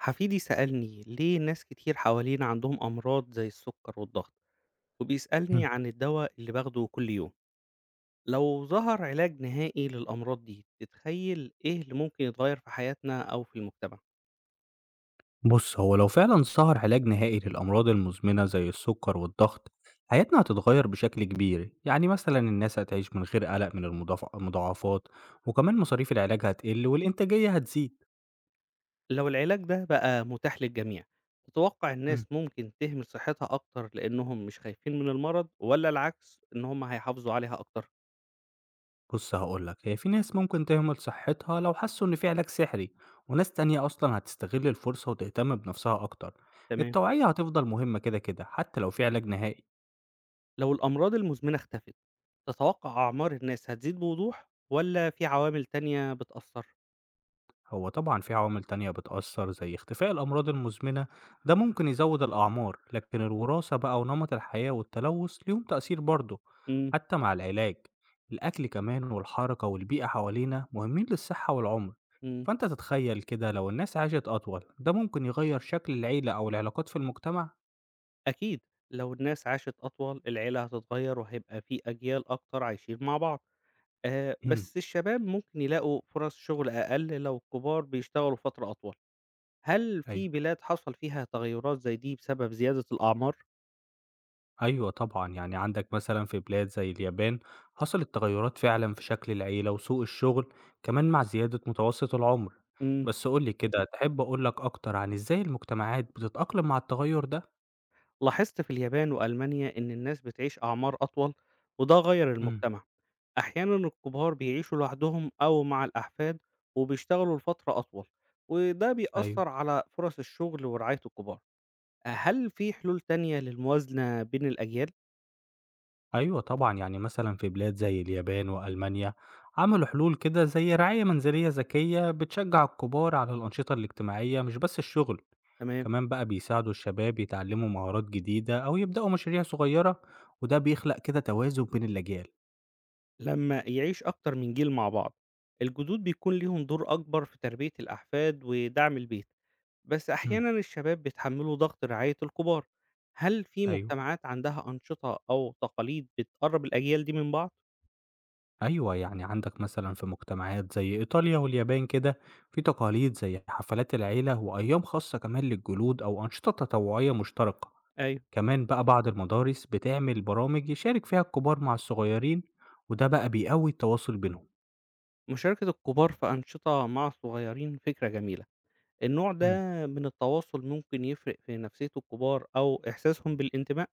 حفيدي سألني ليه ناس كتير حوالينا عندهم أمراض زي السكر والضغط، وبيسألني إمم. عن الدواء اللي باخده كل يوم. لو ظهر علاج نهائي للأمراض دي، تتخيل إيه اللي ممكن يتغير في حياتنا أو في المجتمع؟ بُص، هو لو فعلًا ظهر علاج نهائي للأمراض المزمنة زي السُكّر والضغط، حياتنا هتتغيّر بشكل كبير، يعني مثلًا الناس هتعيش من غير قلق من المضاعفات، وكمان مصاريف العلاج هتقِل والإنتاجية هتزيد. لو العلاج ده بقى متاح للجميع، تتوقع إمم. الناس ممكن تهمل صحتها أكتر لأنهم مش خايفين من المرض، ولا العكس إن هم هيحافظوا عليها أكتر؟ بُص هاقول لك، هي في ناس ممكن تهمل صحتها لو حسّوا إن في علاج سحري، وناس تانية أصلًا هتستغل الفرصة وتهتم بنفسها أكتر. تمام. التوعية هتفضل مهمة كده، حتى لو في علاج نهائي. لو الأمراض المزمنة اختفت، تتوقع أعمار الناس هتزيد بوضوح ولا في عوامل تانية بتأثر؟ هو طبعًا في عوامل تانية بتأثّر زي اختفاء الأمراض المزمنة، ده ممكن يزوّد الأعمار، لكن الوراثة بقى ونمط الحياة والتلوث ليهم تأثير برضه، مم. حتى مع العلاج. الأكل كمان والحركة والبيئة حوالينا مهمين للصحة والعمر، مم. فأنت تتخيل كده لو الناس عاشت أطول، ده ممكن يغيّر شكل العيلة أو العلاقات في المجتمع؟ أكيد. لو الناس عاشت أطول، العيلة هتتغير وهيبقى في أجيال أكتر عايشين مع بعض. آه، امم، بس الشباب ممكن يلاقوا فرص شغل أقل لو الكبار بيشتغلوا فترة أطول. هل في أيوه. بلاد حصل فيها تغيرات زي دي بسبب زيادة الأعمار؟ أيوه طبعًا، يعني عندك مثلًا في بلاد زي اليابان حصلت تغيُّرات فعلًا في شكل العيلة وسوق الشغل، كمان مع زيادة متوسط العمر. مم. بس قُل لي كده، تحب أقول لك أكتر عن إزاي المجتمعات بتتأقلم مع التغيُّر ده؟ لاحظت في اليابان وألمانيا إن الناس بتعيش أعمار أطول، وده غير إمم، المجتمع. أحيانا الكبار بيعيشوا لوحدهم أو مع الأحفاد، وبيشتغلوا لفترة أطول، وده أيوه، بيأثر على فرص الشغل ورعاية الكبار. هل في حلول تانية للموازنة بين الأجيال؟ أيوه طبعًا، يعني مثلًا في بلاد زي اليابان وألمانيا عملوا حلول كده زي رعاية منزلية ذكية بتشجّع الكبار على الأنشطة الاجتماعية مش بس الشغل. تمام، كمان بقى بيساعدوا الشباب يتعلموا مهارات جديدة أو يبدأوا مشاريع صغيرة وده بيخلق كده توازن بين الأجيال. لمّا يعيش أكتر من جيل مع بعض، الجدود بيكون ليهم دور أكبر في تربية الأحفاد ودعم البيت، بس أحيانًا الشباب بيتحملوا ضغط رعاية الكبار. هل في أيوه، مجتمعات عندها أنشطة أو تقاليد بتقرب الأجيال دي من بعض؟ أيوه يعني عندك مثلا في مجتمعات زي إيطاليا واليابان كده في تقاليد زي حفلات العيلة وأيام خاصة كمان للجلود أو أنشطة تطوعية مشتركة. أيوه، كمان بقى بعض المدارس بتعمل برامج يشارك فيها الكبار مع الصغيرين وده بقى بيقوي التواصل بينهم. مشاركة الكبار في أنشطة مع الصغيرين فكرة جميلة، النوع ده من التواصل ممكن يفرق في نفسية الكبار أو إحساسهم بالانتماء؟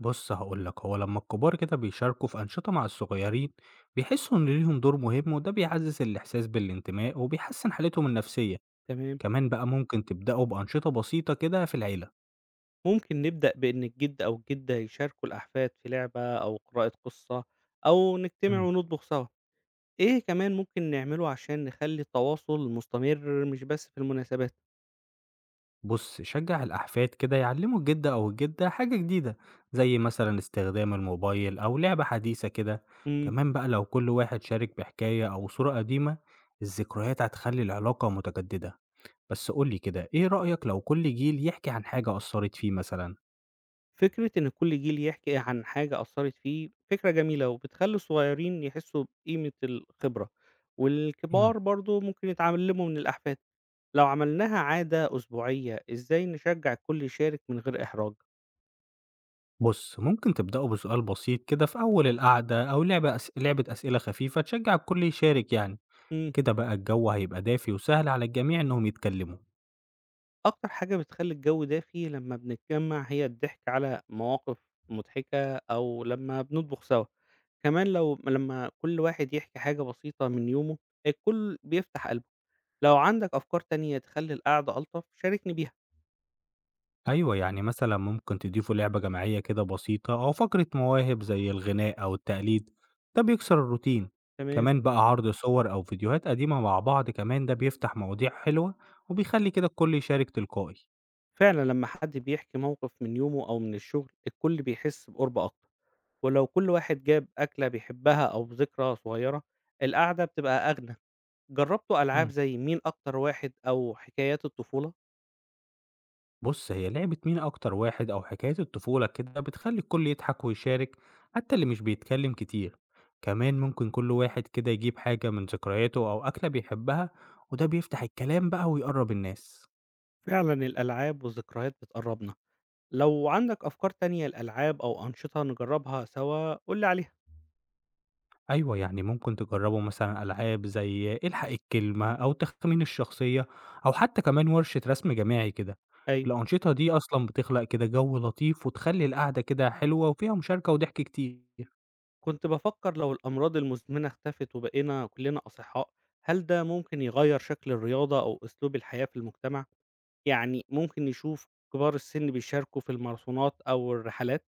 بص هقول لك، هو لما الكبار كده بيشاركوا في أنشطة مع الصغيرين بيحسوا إن ليهم دور مهم وده بيعزز الإحساس بالانتماء وبيحسن حالتهم النفسية. تمام. كمان بقى ممكن تبدأوا بأنشطة بسيطة كده في العيلة. ممكن نبدأ بإن الجد أو الجدة يشاركوا الأحفاد في لعبة أو قراءة قصة، أو نجتمع مم. ونطبخ سوا. إيه كمان ممكن نعمله عشان نخلي التواصل مستمر مش بس في المناسبات؟ بص شجع الأحفاد كده يعلموا الجدة أو الجدة حاجة جديدة زي مثلا استخدام الموبايل أو لعبة حديثة كده. مم. كمان بقى لو كل واحد شارك بحكاية أو صورة قديمة الذكريات هتخلي العلاقة متجددة. بس قولي كده إيه رأيك لو كل جيل يحكي عن حاجة أثرت فيه مثلا؟ فكرة إن كل جيل يحكي عن حاجة أثرت فيه فكرة جميلة، وبتخلي الصغيرين يحسوا بقيمة الخبرة، والكبار إمم. برضو ممكن يتعلموا من الأحفاد. لو عملناها عادة أسبوعية، إزاي نشجع الكل يشارك من غير إحراج؟ بُص، ممكن تبدأوا بسؤال بسيط كده في أول القعدة أو لعبة أسئلة خفيفة تشجّع الكل يشارك يعني، مم. كده بقى الجو هيبقى دافي وسهل على الجميع إنهم يتكلموا. أكتر حاجة بتخلّي الجو دافي لمّا بنتجمّع هي الضحك على مواقف مضحكة، أو لمّا بنطبخ سوا. كمان لو لمّا كل واحد يحكي حاجة بسيطة من يومه، الكل بيفتح قلبه. لو عندك أفكار تانية تخلّي القعدة ألطف شاركني بيها. أيوه، يعني مثلًا ممكن تضيفوا لعبة جماعية كده بسيطة أو فقرة مواهب زي الغناء أو التقليد، ده بيكسر الروتين. تمام. كمان بقى عرض صور أو فيديوهات قديمة مع بعض كمان ده بيفتح مواضيع حلوة وبيخلّي كده الكل يشارك تلقائي. فعلًا لمّا حد بيحكي موقف من يومه أو من الشغل، الكل بيحس بقرب أكتر، ولو كل واحد جاب أكلة بيحبها أو ذكرى صغيرة، القعدة بتبقى أغنى. جرّبتوا ألعاب إمم. زي مين أكتر واحد أو حكايات الطفولة؟ بُص، هي لعبة مين أكتر واحد أو حكاية الطفولة كده بتخلّي الكل يضحك ويشارك حتى اللي مش بيتكلم كتير، كمان ممكن كل واحد كده يجيب حاجة من ذكرياته أو أكلة بيحبها وده بيفتح الكلام بقى ويقرّب الناس. فعلا الألعاب والذكريات بتقربنا. لو عندك أفكار تانية لألعاب أو أنشطة نجربها سوا قولي عليها. أيوه، يعني ممكن تجرّبوا مثلًا ألعاب زي الحق الكلمة أو تخمين الشخصية أو حتى كمان ورشة رسم جماعي كده. أيوة. الأنشطة دي أصلًا بتخلق كده جو لطيف وتخلّي القعدة كده حلوة وفيها مشاركة وضحك كتير. كنت بفكر لو الأمراض المزمنة اختفت وبقينا كلنا أصحاء، هل ده ممكن يغير شكل الرياضة أو أسلوب الحياة في المجتمع؟ يعني ممكن نشوف كبار السن بيشاركوا في الماراثونات أو الرحلات؟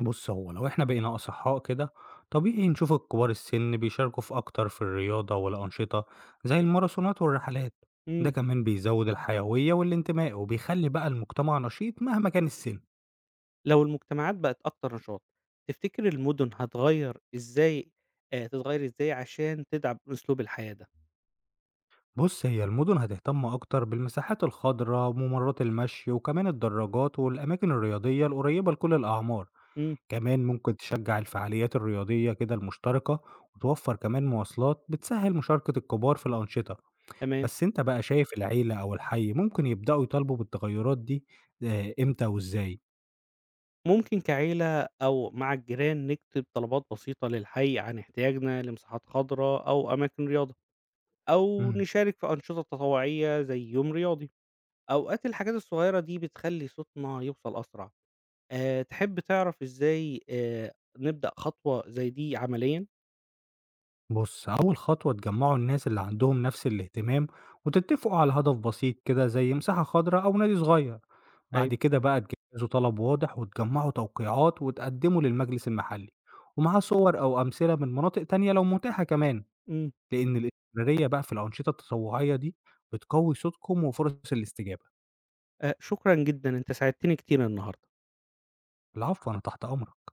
بُص، هو لو إحنا بقينا أصحاء كده، طبيعي نشوف الكبار السن بيشاركوا في أكتر في الرياضة والأنشطة زي الماراثونات والرحلات، ده مم. كمان بيزود الحيوية والانتماء وبيخلي بقى المجتمع نشيط مهما كان السن. لو المجتمعات بقت أكتر نشاط، تفتكر المدن هتغير إزاي؟ تتغير إزاي عشان تدعم أسلوب الحياة ده؟ بُص، هي المدن هتهتم أكتر بالمساحات الخضراء وممرات المشي وكمان الدراجات والأماكن الرياضية القريبة لكل الأعمار، مم. كمان ممكن تشجع الفعاليات الرياضية كده المشتركة وتوفر كمان مواصلات بتسهل مشاركة الكبار في الأنشطة. تمام. بس أنت بقى شايف العيلة أو الحي ممكن يبدأوا يطالبوا بالتغيرات دي إمتى وإزاي؟ ممكن كعيلة أو مع الجيران نكتب طلبات بسيطة للحي عن احتياجنا لمساحات خضراء أو أماكن رياضة، أو إمم. نشارك في أنشطة تطوعية زي يوم رياضي. أوقات الحاجات الصغيرة دي بتخلي صوتنا يوصل أسرع. تحب تعرف إزاي نبدأ خطوة زي دي عمليا؟ بُص، أول خطوة تجمّعوا الناس اللي عندهم نفس الاهتمام وتتفقوا على هدف بسيط كده زي مساحة خضرا أو نادي صغير، أيوة. بعد كده بقى تجهّزوا طلب واضح وتجمّعوا توقيعات وتقدموا للمجلس المحلي، ومعاه صور أو أمثلة من مناطق تانية لو متاحة كمان، مم. لإن الاستمرارية بقى في الأنشطة التطوعية دي بتقوي صوتكم وفرص الاستجابة. أه شكرا جدا، أنت ساعدتني كتير النهاردة. العفو، أنا تحت أمرك.